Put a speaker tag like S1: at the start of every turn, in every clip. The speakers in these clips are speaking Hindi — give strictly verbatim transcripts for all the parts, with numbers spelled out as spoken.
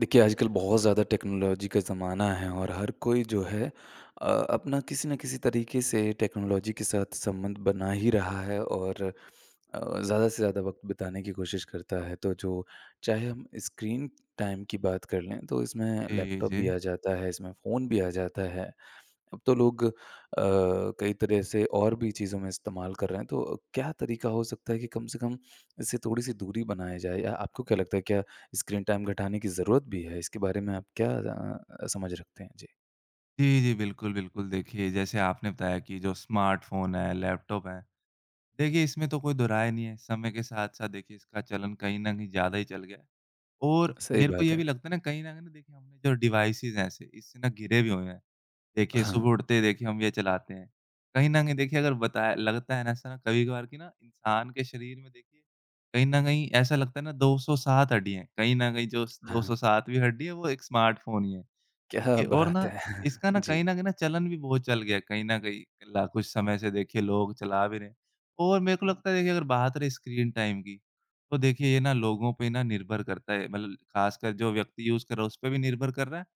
S1: देखिए, आजकल बहुत ज़्यादा टेक्नोलॉजी का ज़माना है और हर कोई जो है अ, अपना किसी न किसी तरीके से टेक्नोलॉजी के साथ संबंध बना ही रहा है और अ, ज़्यादा से ज़्यादा वक़्त बिताने की कोशिश करता है। तो जो चाहे हम स्क्रीन टाइम की बात कर लें, तो इसमें
S2: जी,
S1: लैपटॉप
S2: जी।
S1: भी आ जाता है, इसमें फ़ोन भी आ जाता है। अब तो लोग अ, कई तरह से और भी चीज़ों में इस्तेमाल कर रहे हैं, तो क्या तरीका हो सकता है कि कम से कम इससे थोड़ी-सी दूरी बनाया जाए? या आपको क्या लगता है, क्या स्क्रीन टाइम घटाने की ज़रूरत भी है? इसके बारे में आप क्या अ, समझ रखते हैं? जी।
S2: जी, जी, बिल्कुल, बिल्कुल। देखिए, जैसे आपने बताया कि जो स्मार्टफ़ोन है, लैपटॉप है, देखिए इसमें तो कोई दो राय नहीं है। समय के साथ-साथ देखिए इसका चलन कहीं न कहीं ज़्यादा ही चल गया है। और
S1: सही
S2: मेरे को
S1: बात
S2: ये भी
S1: है।
S2: लगता है ना कहीं न कहीं ना, देखिए हमने जो डिवाइसेज़ हैं ऐसे, इससे ना घिरे भी हुए हैं। देखिए
S1: हाँ,
S2: सुबह उठते ही देखिए हम ये चलाते हैं। कहीं न कहीं देखिए अगर बताया लगता है ना ऐसा ना कभी-कभार कि ना इंसान के शरीर में देखिए कहीं न कहीं ऐसा लगता है ना दो सौ सात हड्डी हैं। कहीं न कहीं जो
S1: हाँ।
S2: 207वीं हड्डी है वो एक स्मार्टफ़ोन ही है।
S1: क्या
S2: देखिए और
S1: बात
S2: ना
S1: है!
S2: इसका ना
S1: जी।
S2: कहीं न कहीं ना चलन भी बहुत चल गया है, कहीं न कहीं ला कुछ समय से देखिए लोग चला भी रहे हैं। और मेरे को लगता है देखिए अगर बात रही स्क्रीन टाइम की, तो देखिए ये ना लोगों पे ना निर्भर करता है, मतलब ख़ासकर जो व्यक्ति यूज़ कर रहा है उस पे भी निर्भर कर रहा है।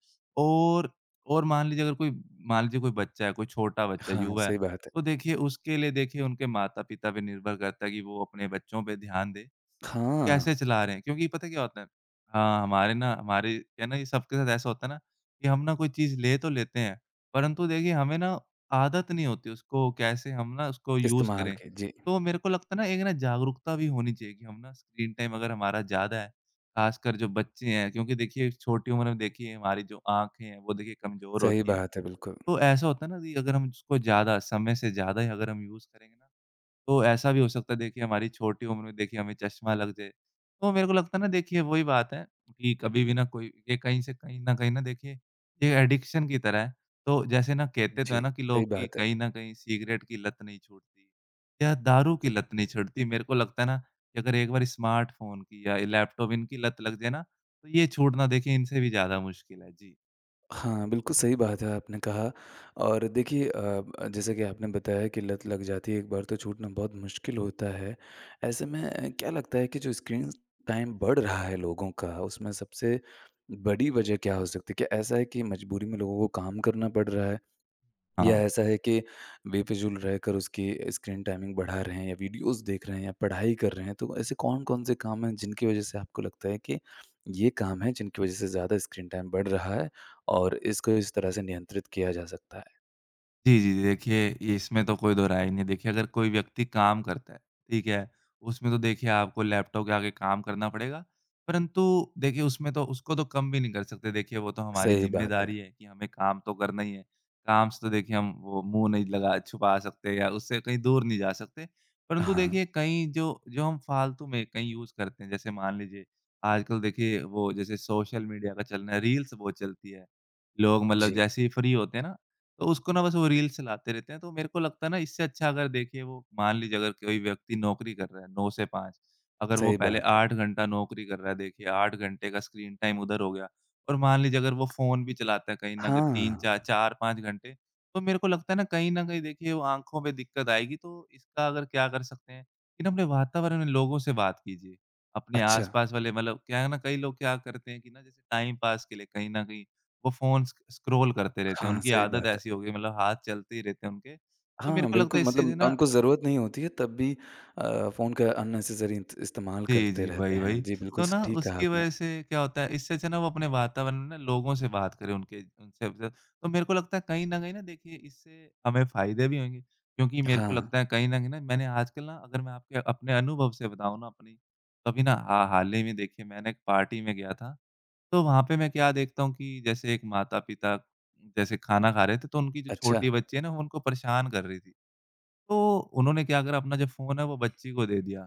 S2: और और मान लीजिए अगर कोई मान लीजिए कोई बच्चा है, कोई छोटा बच्चा है,
S1: हाँ,
S2: युवा है,
S1: सही बात
S2: तो
S1: है।
S2: देखिए उसके लिए देखिए उनके माता-पिता पे निर्भर करता है कि वो अपने बच्चों पे ध्यान दें।
S1: हाँ,
S2: कैसे चला रहे हैं? क्योंकि पता है क्या होता है? हाँ, हमारे ना हमारे क्या है ना, ये सबके साथ ऐसा होता है ना कि हम ना कोई चीज़ ले तो लेते हैं, परंतु देखिए हमें ना आदत नहीं होती उसको कैसे हम ना उसको यूज़
S1: इस्तेमाल
S2: करें।
S1: के। जी,
S2: तो मेरे को लगता है ना एक ना जागरूकता भी होनी चाहिए कि हम ना स्क्रीन टाइम अगर हमारा ज़्यादा है, ख़ासकर जो बच्चे हैं, क्योंकि देखिए छोटी उम्र में देखिए हमारी जो आँखें हैं वो देखिए कमज़ोर
S1: सही
S2: होती हैं।
S1: बात है, बिल्कुल।
S2: तो ऐसा होता है ना कि अगर हम उसको ज़्यादा समय से ज़्यादा ही अगर हम यूज़ करेंगे ना, तो ऐसा भी हो सकता है देखिए हमारी छोटी उम्र में देखिए हमें चश्मा लग जाए। तो मेरे को लगता है ना देखिए वही बात है कि कभी भी ना कोई ये कहीं से कहीं न कहीं ना देखिए ये एडिक्शन की तरह है। तो जैसे ना कहते तो
S1: जी,
S2: है ना कि
S1: सही
S2: लोग कि
S1: बात है।
S2: कहीं न कहीं सिगरेट की लत नहीं छूटती या दारू की लत नहीं छूटती। मेरे को लगता है ना कि अगर एक बार स्मार्टफ़ोन की या लैपटॉप इनकी लत लग जाए ना, तो ये छूटना देखिए इनसे भी ज़्यादा मुश्किल है। जी।
S1: हाँ, बिल्कुल सही बात है आपने कहा। और देखिए अ, जैसा कि आपने बताया कि लत लग जाती है एक बार तो छूटना बहुत मुश्किल होता है। ऐसे में अ, क्या लगता है कि जो स्क्रीन टाइम बढ़ रहा है लोगों का उसमें सबसे बड़ी वजह क्या हो सकती है? क्या ऐसा है कि मजबूरी में लोगों को काम करना पड़ रहा है? या
S2: हाँ।
S1: ऐसा है कि बेफिजूल रहकर उसकी स्क्रीन टाइमिंग बढ़ा रहे हैं या वीडियोस देख रहे हैं या पढ़ाई कर रहे हैं, तो ऐसे कौन-कौन से काम हैं जिनकी वजह से आपको लगता है कि ये काम है जिनकी वजह से ज़्यादा स्क्रीन टाइम बढ़ रहा है और इसको इस तरह से नियंत्रित किया जा सकता है?
S2: जी, जी, जी। देखिए, ये इसमें तो कोई दो राय ही नहीं है। देखिए, अगर कोई व्यक्ति काम करता है, ठीक है? उसमें तो देखिए आपको लैपटॉप के आगे काम करना पड़ेगा, परंतु देखिए उसमें तो उसको तो कम भी नहीं कर सकते। देखिए, वो तो हमारी
S1: सही बात है।
S2: ज़िम्मेदारी है कि हमें काम तो करना ही है। काम से तो देखिए हम वो मुँह नहीं लगा छुपा सकते या उससे कहीं दूर नहीं जा सकते। परंतु
S1: हाँ,
S2: देखिए, कहीं जो जो हम फ़ालतू में कहीं यूज़ करते हैं, जैसे मान लीजिए आजकल देखिए वो जैसे सोशल मीडिया का चलना है, रील्स बहुत चलती है। लोग मतलब
S1: जी,
S2: जैसे ही फ्री होते हैं ना, तो उसको ना बस वो रील चलाते रहते हैं, तो मेरे को लगता है ना इससे अच्छा अगर देखिए वो मान लीजिए अगर कोई व्यक्ति नौकरी कर रहा है नौ से पाँच, अगर वो
S1: सही
S2: पहले
S1: बात है।
S2: आठ घंटा नौकरी कर रहा है, देखिए आठ घंटे का स्क्रीन टाइम उधर हो गया, और मान लीजिए अगर वो फ़ोन भी चलाता है कहीं न कहीं
S1: हाँ,
S2: तीन चार चार पाँच घंटे, तो मेरे को लगता है ना कहीं न कहीं देखिए वो आँखों में दिक्कत आएगी। तो इसका अगर क्या कर सकते हैं कि ना अपने वातावरण में लोगों से बात कीजिए, अपने
S1: अच्छा।
S2: आस-पास वाले मतलब क्या है ना, कई लोग क्या करते हैं कि ना जैसे टाइम पास के लिए कहीं न कहीं वो फ़ोन स्क स्क्रॉल करते रहते हैं,
S1: हाँ,
S2: उनकी
S1: सही
S2: आदत
S1: बात है।
S2: ऐसी हो गई, मतलब हाथ चलते ही रहते हैं उनके। तो मेरे
S1: हाँ,
S2: को लगता
S1: बिल्कुल
S2: है इससे
S1: मतलब
S2: जो है ना।
S1: उनको ज़रूरत नहीं होती है तब भी अ, फ़ोन का अननेसेसरी इत इस्तेमाल
S2: जी,
S1: करते
S2: जी। वही,
S1: रहते
S2: वही।
S1: हैं। जी,
S2: तो
S1: बिल्कुल
S2: ना
S1: स ठीक कहा
S2: उसकी
S1: आपने।
S2: वज़ह से क्या होता है, इससे अच्छा ना वो अपने वातावरण में ना लोगों से बात करें उनके उनसे उनसे- तो मेरे को लगता है कहीं न कहीं ना देखिए इससे हमें फ़ायदे भी होंगे, क्योंकि मेरे को
S1: हाँ,
S2: लगता है कहीं न कहीं ना मैंने आजकल ना, अगर मैं आपके अपने अनुभव से बताऊँ ना अपनी, तो अभी ना हा हाल ही में देखिए मैंने एक पार्टी में गया था, तो वहाँ पे मैं क्या देखता हूँ कि जैसे एक माता-पिता जैसे खाना खा रहे थे, तो उनकी जो
S1: अच्छा।
S2: छोटी बच्ची है ना, वो उनको परेशान कर रही थी। तो उन्होंने क्या करा, अपना जो फ़ोन है वो बच्ची को दे दिया।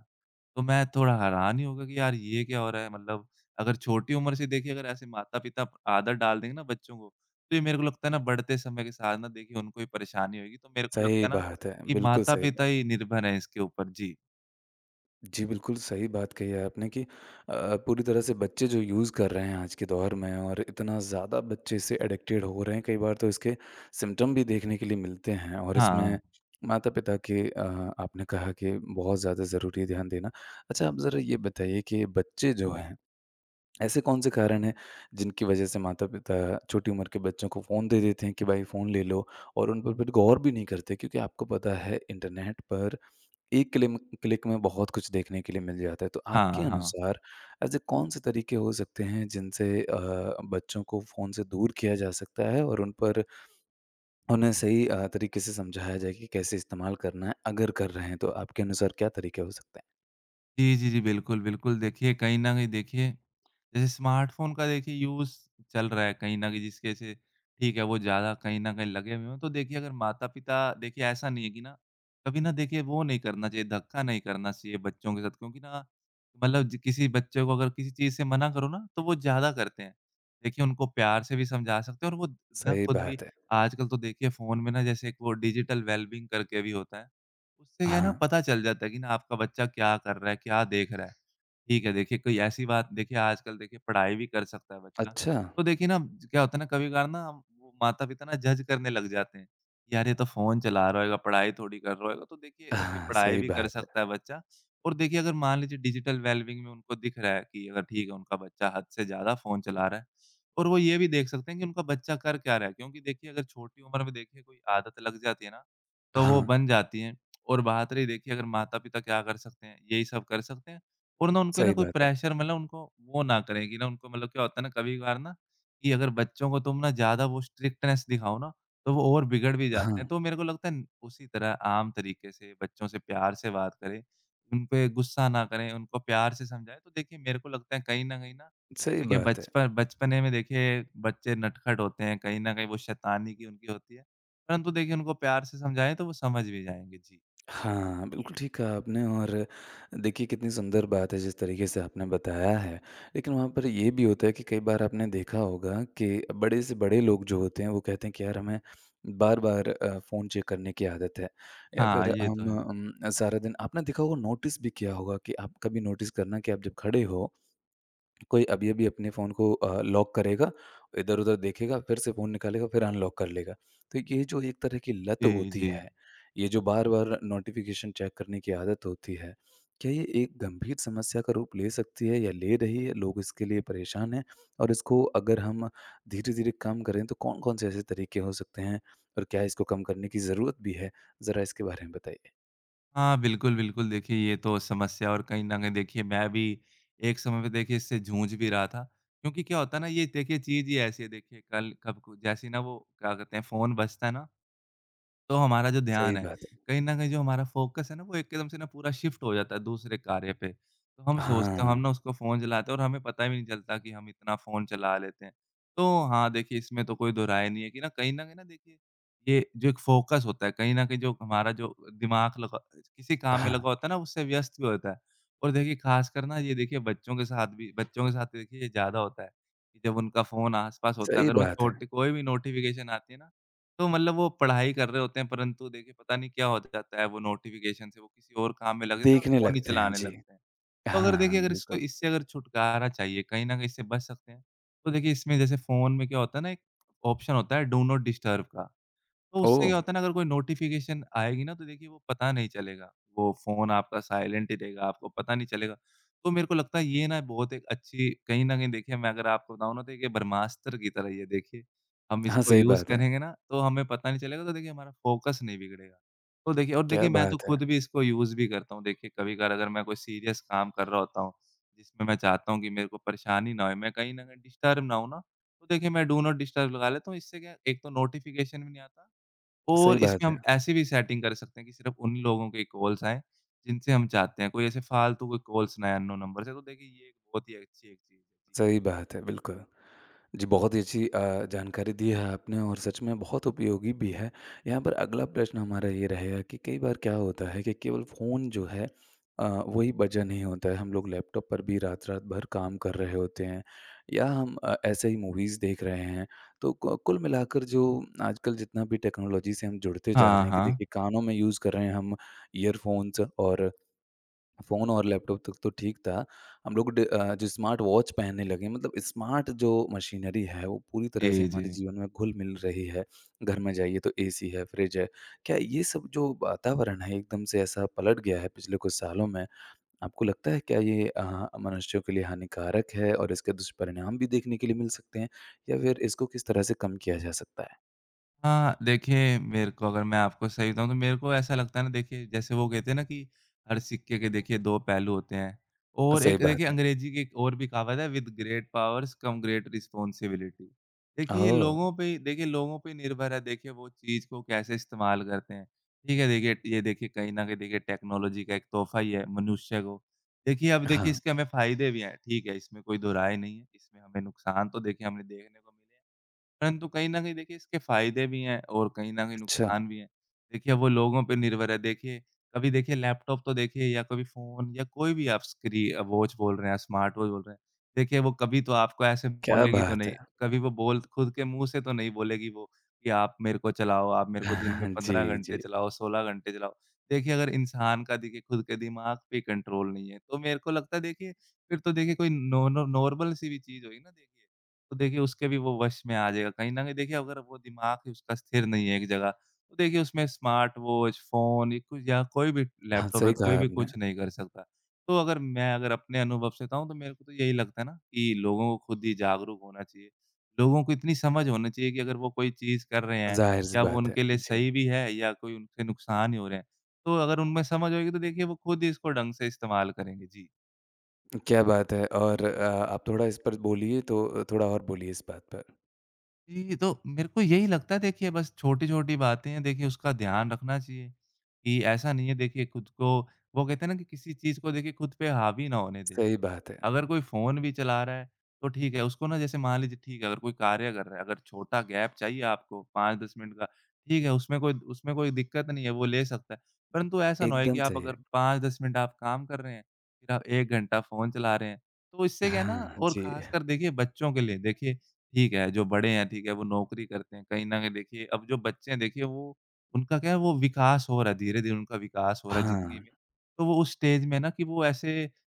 S2: तो मैं थोड़ा हैरान ही हो गया कि यार ये क्या हो रहा है? मतलब अगर छोटी उम्र से देखिए अगर ऐसे माता-पिता आदत डाल देंगे ना बच्चों को, तो ये मेरे को लगता है ना बढ़ते समय के साथ ना देखिए उनको ही परेशानी होएगी। तो मेरे को लगता
S1: सही
S2: है ना
S1: बात है।
S2: कि
S1: बिल्कुल सही
S2: माता-पिता
S1: बात।
S2: ही निर्भर हैं इसके ऊपर। जी।
S1: जी, बिल्कुल सही बात कही है आपने कि अ, पूरी तरह से बच्चे जो यूज़ कर रहे हैं आज के दौर में और इतना ज़्यादा बच्चे इससे एडिक्टेड हो रहे हैं, कई बार तो इसके सिम्पटम भी देखने के लिए मिलते हैं और इसमें
S2: हाँ,
S1: माता-पिता के अ, आपने कहा कि बहुत ज़्यादा ज़रूरी है ध्यान देना। अच्छा, आप ज़रा ये बताइए कि बच्चे जो हैं, ऐसे कौन-से कारण हैं जिनकी वजह से माता-पिता छोटी उम्र के बच्चों को फ़ोन दे देते हैं कि भाई फ़ोन ले लो और उन पर फिर गौर भी नहीं करते क्योंकि आपको पता है इंटरनेट पर एक क्लिम क्लिक में बहुत कुछ देखने के लिए मिल जाता है। तो
S2: हाँ,
S1: आपके
S2: हाँ।
S1: अनुसार ऐसे कौन-से तरीके हो सकते हैं जिनसे अ, बच्चों को फ़ोन से दूर किया जा सकता है और उन पर उन्हें सही अ, तरीके से समझाया जाए कि कैसे इस्तेमाल करना है? अगर कर रहे हैं तो आपके अनुसार क्या तरीके हो सकते हैं?
S2: जी, जी, जी। बिल्कुल, बिल्कुल। देखिए कहीं न कहीं देखिए जैसे स्मार्टफ़ोन का देखिए यूज़ चल रहा है, कहीं न कहीं जिसके से, ठीक है, वो ज़्यादा कहीं न कहीं लगे हुए हों, तो देखिए अगर माता-पिता, देखिए ऐसा नहीं है कि ना, कभी ना देखिए वो नहीं करना चाहिए, धक्का नहीं करना चाहिए बच्चों के साथ, क्योंकि ना मतलब ज किसी बच्चे को अगर किसी चीज़ से मना करो ना, तो वो ज़्यादा करते हैं। देखिए उनको प्यार से भी समझा सकते हैं, और वो ना
S1: सही
S2: खुद भी
S1: बात है।
S2: आजकल तो देखिए फ़ोन में ना जैसे एक वो डिजिटल वेल-बीइंग करके भी होता है, उससे क्या है ना
S1: हाँ,
S2: पता चल जाता है कि ना आपका बच्चा क्या कर रहा है, क्या देख रहा है। ठीक है, देखिए कोई ऐसी बात, देखिए आजकल देखिए पढ़ाई भी कर सकता है बच्चा।
S1: अच्छा।
S2: तो देखिए ना क्या होता है ना कभी-कभार ना हम वो माता-पिता ना जज करने लग जाते हैं। यार ये तो फ़ोन चला रहा होएगा, पढ़ाई थोड़ी कर रहा होएगा। तो देखिए देखिए
S1: हाँ,
S2: पढ़ाई
S1: सही
S2: भी कर
S1: बात
S2: सकता
S1: है।
S2: है बच्चा, और देखिए अगर मान लीजिए डिजिटल वेलबींग में उनको दिख रहा है कि अगर ठीक है उनका बच्चा हद से ज़्यादा फ़ोन चला रहा है, और वो ये भी देख सकते हैं कि उनका बच्चा कर क्या रहा है। क्योंकि देखिए अगर छोटी उम्र में देखिए कोई आदत लग जाती है ना, तो वो
S1: हाँ,
S2: बन जाती हैं। और बात रही देखिए अगर माता-पिता क्या कर सकते हैं, यही सब कर सकते हैं, और ना उनको ना
S1: सही
S2: कोई
S1: बात है।
S2: प्रेशर, मतलब उनको वो ना करें कि ना उनको, मतलब क्या होता है ना कभी-कभार ना कि अगर बच्चों को तुम ना ज़्यादा वो स्ट्रिक्टनेस दिखाओ ना, तो वो और बिगड़ भी जाते
S1: हाँ,
S2: हैं। तो मेरे को लगता है उसी तरह आम तरीके से बच्चों से प्यार से बात करें, उन पे गुस्सा ना करें, उनको प्यार से समझाएँ। तो देखिए मेरे को लगता है कहीं न कहीं ना,
S1: सही
S2: देखिए,
S1: बात है।
S2: बचपन बचपने में देखिए बच्चे नटखट होते हैं, कहीं न कहीं वो शैतानी की उनकी होती है, परंतु देखिए उनको प्यार से समझाएँ तो वो समझ भी जाएँगे। जी।
S1: हाँ, बिल्कुल ठीक कहा आपने। और देखिए कितनी सुंदर बात है जिस तरीके से आपने बताया है। लेकिन वहाँ पर ये भी होता है कि कई बार आपने देखा होगा कि बड़े से बड़े लोग जो होते हैं वो कहते हैं कि यार हमें बार-बार अ, फ़ोन चेक करने की आदत है या
S2: हाँ,
S1: फिर
S2: ये तो
S1: हम
S2: है।
S1: अम, सारा दिन आपने देखा होगा, नोटिस भी किया होगा कि आप कभी नोटिस करना कि आप जब खड़े हो कोई अभी-अभी अपने फ़ोन को अ, लॉक करेगा, इधर-उधर देखेगा, फिर से फ़ोन निकालेगा, फिर अनलॉक कर लेगा। तो ये जो एक तरह की लत
S2: जी,
S1: होती
S2: जी।
S1: है, ये जो बार-बार नोटिफ़िकेशन चेक करने की आदत होती है, क्या ये एक गंभीर समस्या का रूप ले सकती है या ले रही है? लोग इसके लिए परेशान हैं और इसको अगर हम धीरे-धीरे कम करें तो कौन-कौन से ऐसे तरीके हो सकते हैं और क्या इसको कम करने की ज़रूरत भी है? ज़रा इसके बारे में बताइए।
S2: हाँ, बिल्कुल, बिल्कुल। देखिए ये तो समस्या, और कहीं न कहीं देखिए मैं भी एक समय पे देखिए इससे जूझ भी रहा था, क्योंकि क्या होता है ना, ये देखिए चीज़ ही ऐसी है, देखिए कल कब को जैसे ही ना वो क्या कहते हैं फ़ोन बजता है ना, तो हमारा जो
S1: सही
S2: ध्यान है,
S1: बात है।
S2: कहीं न कहीं जो हमारा फ़ोकस है ना, वो एकदम से ना पूरा शिफ्ट हो जाता है दूसरे कार्य पे। तो हम सोचते हैं हम ना
S1: हाँ,
S2: उसको फ़ोन चलाते हैं और हमें पता भी नहीं चलता कि हम इतना फ़ोन चला लेते हैं। तो हाँ, देखिए इसमें तो कोई दो राय नहीं है कि ना कहीं न कहीं ना, देखिए, ये जो एक फ़ोकस होता है, कहीं न कहीं जो हमारा जो दिमाग लगा किसी काम में
S1: हाँ,
S2: लगा होता है ना, उससे व्यस्त भी होता है। और देखिए ख़ासकर ना ये देखिए बच्चों के साथ भी बच्चों के साथ देखिए ये ज़्यादा होता है, कि जब उनका फ़ोन आस-पास होता है,
S1: सही
S2: अगर वो
S1: बात है।
S2: छोटे, कोई भी नोटिफ़िकेशन आती है ना, तो मतलब वो पढ़ाई कर रहे होते हैं परंतु देखिए पता नहीं क्या हो जाता है, वो नोटिफ़िकेशन से वो किसी और काम में लग जाते हैं और
S1: देखने
S2: फ़ोन ही
S1: लगते हैं।
S2: चलाने
S1: जी।
S2: लगते हैं। तो
S1: हाँ,
S2: अगर
S1: हाँ,
S2: देखिए अगर इसको,
S1: बिल्कुल।
S2: इससे अगर छुटकारा चाहिए, कहीं न कहीं इससे बच सकते हैं, तो देखिए इसमें जैसे फ़ोन में क्या होता है ना, एक ऑप्शन होता है डू नॉट डिस्टर्ब का। तो उससे
S1: ओह!
S2: क्या होता है ना, अगर कोई नोटिफ़िकेशन आएगी ना तो देखिए वो पता नहीं चलेगा। वो फ़ोन आपका साइलेंट ही रहेगा, आपको पता नहीं चलेगा। तो मेरे को लगता है ये ना बहुत एक अच्छी, कहीं न कहीं देखिए मैं अगर आपको बताऊँ ना तो ये ब्रह्मास्त्र की तरह ही है देखिए। हम
S1: हाँ,
S2: इसको
S1: सही
S2: यूज़
S1: बात है।
S2: करेंगे ना तो हमें पता नहीं चलेगा तो देखिए हमारा फ़ोकस नहीं बिगड़ेगा। तो देखिए और
S1: क्या
S2: देखिए मैं तो
S1: बात है!
S2: खुद भी इसको यूज़ भी करता हूँ। देखिए कभी-कभार अगर मैं कोई सीरियस काम कर रहा होता हूँ, जिसमें मैं चाहता हूँ कि मेरे को परेशानी ना होए, मैं कहीं न कहीं डिस्टर्ब ना हूँ ना, तो देखिए मैं डू नॉट डिस्टर्ब लगा लेता हूँ। इससे क्या है एक तो नोटिफ़िकेशन भी नहीं आता और
S1: सही
S2: इसमें
S1: बात है,
S2: हम ऐसी भी सेटिंग कर सकते हैं कि सिर्फ़ उन लोगों के कॉल्स आएँ, जिनसे हम चाहते हैं। कोई ऐसे फ़ालतू के कॉल्स ना आएँ अननोन नंबर से। तो देखिए ये एक बहुत ही अच्छी एक चीज़ है। जी।
S1: सही बात है, बिल्कुल। जी, बहुत ही अच्छी अ, जानकारी दी है आपने और सच में बहुत उपयोगी भी है। यहाँ पर अगला प्रश्न हमारा ये रहेगा कि कई बार क्या होता है कि केवल फ़ोन जो है अ, वही वजह नहीं होता है। हम लोग लैपटॉप पर भी रात-रात भर काम कर रहे होते हैं या हम अ, ऐसे ही मूवीज़ देख रहे हैं। तो कु कुल मिलाकर जो आजकल जितना भी टेक्नोलॉजी से हम जुड़ते जा रहे
S2: हाँ,
S1: हैं कि
S2: हाँ।
S1: देखिए कानों में यूज़ कर रहे हैं हम ईयरफ़ोन्स और फ़ोन और लैपटॉप तक तो ठीक था। हम लोग ड अ, जो स्मार्ट वॉच पहनने लगे मतलब स्मार्ट जो मशीनरी है वो पूरी तरह से
S2: जी,
S1: हमारे
S2: जी।
S1: जीवन में घुल-मिल रही है। घर में जाइए तो एसी है, फ्रिज है। क्या ये सब जो वातावरण है एकदम से ऐसा पलट गया है पिछले कुछ सालों में? आपको लगता है क्या ये अ, मनुष्यों के लिए हानिकारक है और इसके दुष्परिणाम भी देखने के लिए मिल सकते हैं? या फिर इसको किस तरह से कम किया जा सकता है?
S2: हाँ, देखिए मेरे को अगर मैं आपको सही बताऊँ तो मेरे को ऐसा लगता है ना देखिए जैसे वो कहते हैं ना कि हर सिक्के के देखिए दो पहलू होते हैं और
S1: सही
S2: एक देखिए
S1: बात है।
S2: अंग्रेजी की एक और भी कहावत है with great powers come great responsibility. देखिए ये
S1: ओह!
S2: लोगों पे देखिए लोगों पे निर्भर है देखिए वो चीज़ को कैसे इस्तेमाल करते हैं। ठीक है, देखिए ये देखिए कहीं न कहीं देखिए टेक्नोलॉजी का एक तोहफ़ा ही है मनुष्य को। देखिए अब देखिए
S1: हाँ,
S2: इसके हमें फ़ायदे भी हैं, ठीक है, इसमें कोई दो राय नहीं है, इसमें हमें नुकसान तो देखिए हमें देखने को मिले हैं। परंतु कहीं न कहीं देखिए इसके फ़ायदे भी हैं और कहीं न कहीं
S1: अच्छा।
S2: नुकसान भी हैं। देखिए वो लोगों पे निर्भर है, देखिए कभी देखिए लैपटॉप तो देखिए या कभी फ़ोन या कोई भी आप स्क्री वॉच बोल रहे हैं, स्मार्ट वॉच बोल रहे हैं। देखिए वो कभी तो आपको ऐसे
S1: क्या
S2: बोलेगी तो
S1: बात
S2: नहीं,
S1: है!
S2: कभी वो बोल खुद के मुँह से तो नहीं बोलेगी वो कि आप मेरे को चलाओ, आप मेरे को दिन में पंद्रह
S1: जी,
S2: घंटे
S1: जी।
S2: चलाओ, सोलह घंटे चलाओ। देखिए अगर इंसान का देखिए खुद के दिमाग पे कंट्रोल नहीं है, तो मेरे को लगता है देखिए फिर तो देखिए कोई नॉर्मल नॉर्मल सी भी चीज़ होगी ना देखिए। तो देखिए उसके भी वो वश में आ जाएगा। कहीं न कहीं देखिए अगर वो दिमाग ही उसका स्थिर नहीं है एक जगह, तो देखिए उसमें स्मार्ट वॉच, फ़ोन ये कुछ या कोई भी
S1: हाँ,
S2: लैपटॉप है,
S1: सही
S2: कोई
S1: कहा
S2: भी
S1: आपने।
S2: कुछ नहीं कर सकता। तो अगर मैं अगर अपने अनुभव से बताऊँ तो मेरे को तो यही लगता है ना कि लोगों को खुद ही जागरूक होना चाहिए। लोगों को इतनी समझ होनी चाहिए कि अगर वो कोई चीज़ कर रहे हैं
S1: ज़ाहिर-सी
S2: या वो
S1: बात है।
S2: उनके लिए
S1: जी,
S2: सही भी है या कोई उनसे नुकसान ही हो रहे हैं। तो अगर उनमें समझ होएगी तो देखिए वो खुद ही इसको ढंग से इस्तेमाल करेंगे। जी।
S1: क्या बात है और अ, आप थोड़ा इस पर बोलिए तो अ, थोड़ा और बोलिए इस बात पर।
S2: जी, तो मेरे को यही लगता है देखिए बस छोटी-छोटी बातें हैं देखिए उसका ध्यान रखना चाहिए, कि ऐसा नहीं है देखिए खुद को वो कहते हैं ना कि किसी चीज़ को देखिए खुद पे हावी ना होने दें।
S1: सही बात है,
S2: अगर कोई फ़ोन भी चला रहा है, तो ठीक है, उसको ना जैसे मान लीजिए ठीक है, अगर कोई कार्य कर रहा है, अगर छोटा गैप चाहिए आपको पाँच दस मिनट का, ठीक है, उसमें कोई उसमें कोई दिक्कत नहीं है, वो ले सकता है। परंतु ऐसा ना होए कि
S1: एकदम
S2: आप
S1: सही
S2: अगर
S1: है।
S2: पाँच दस मिनट आप काम कर रहे हैं, फिर आप एक घंटा फ़ोन चला रहे हैं। तो इससे क्या है ना
S1: हाँ,
S2: और
S1: जी।
S2: ख़ासकर देखिए बच्चों के लिए, देखिए ठीक है, जो बड़े हैं, ठीक है, वो नौकरी करते हैं, कहीं न कहीं देखिए अब जो बच्चे हैं, देखिए वो उनका क्या है, वो विकास हो रहा है, धीरे-धीरे उनका विकास हो रहा है ज़िंदगी
S1: हाँ,
S2: में। तो वो उस स्टेज में है ना कि वो ऐसे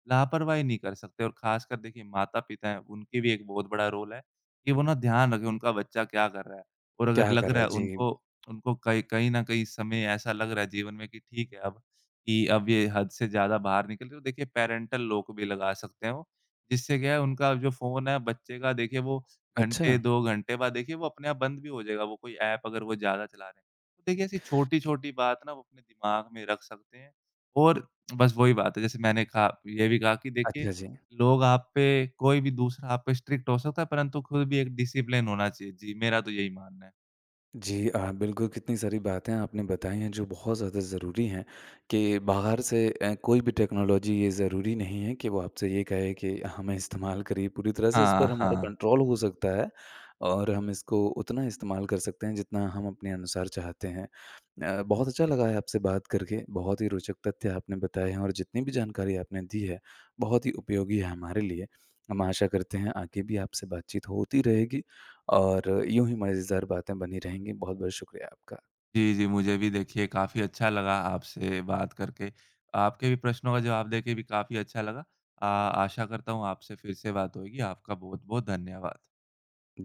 S2: लापरवाही नहीं कर सकते और ख़ासकर देखिए माता-पिता हैं, उनकी भी एक बहुत बड़ा रोल है कि वो ना ध्यान रखें उनका बच्चा क्या कर रहा है और अगर
S1: क्या
S2: लग
S1: कर रहा
S2: रहा
S1: है?
S2: है
S1: जी,
S2: उनको उनको कहीं कहीं न कहीं समय ऐसा लग रहा है जीवन में कि ठीक है अब कि अब ये हद से ज़्यादा बाहर निकल रही है, तो देखिए पैरेंटल लॉक भी लगा सकते हो, जिससे क्या है उनका जो फ़ोन है बच्चे का देखिए वो
S1: अच्छा।
S2: घंटे दो घंटे बाद देखिए वो अपने आप बंद भी हो जाएगा, वो कोई ऐप अगर वो ज़्यादा चला रहे हैं। तो देखिए ऐसी छोटी-छोटी बात ना वो अपने दिमाग में रख सकते हैं और बस वही बात है, जैसे मैंने कहा ये भी कहा कि देखिए,
S1: अच्छा जी।
S2: लोग आप पे कोई भी दूसरा आप पे स्ट्रिक्ट हो सकता है, परंतु खुद भी एक डिसिप्लिन होना चाहिए। जी, मेरा तो यही मानना है।
S1: जी अ, बिल्कुल, कितनी सारी बातें आपने बताई हैं जो बहुत ज़्यादा ज़रूरी हैं कि बाहर से अ, कोई भी टेक्नोलॉजी ये ज़रूरी नहीं है कि वो आपसे ये कहे कि हमें इस्तेमाल करिए, पूरी तरह से इस
S2: हाँ,
S1: पर हमारा
S2: हाँ।
S1: कंट्रोल हो सकता है और हम इसको उतना इस्तेमाल कर सकते हैं जितना हम अपने अनुसार चाहते हैं। अ, बहुत अच्छा लगा है आपसे बात करके, बहुत ही रोचक तथ्य आपने बताए हैं और जितनी भी जानकारी आपने दी है, बहुत ही उपयोगी है हमारे लिए। हम आशा करते हैं आगे भी आपसे बातचीत होती रहेगी और यूँ ही मज़ेदार बातें बनी रहेंगी। बहुत-बहुत शुक्रिया आपका।
S2: जी, जी, मुझे भी देखिए काफ़ी अच्छा लगा आपसे बात करके। आपके भी प्रश्नों का जवाब देके भी काफ़ी अच्छा लगा। अ, आशा करता हूँ आपसे फिर से बात होएगी। आपका बहुत-बहुत धन्यवाद।
S1: जी।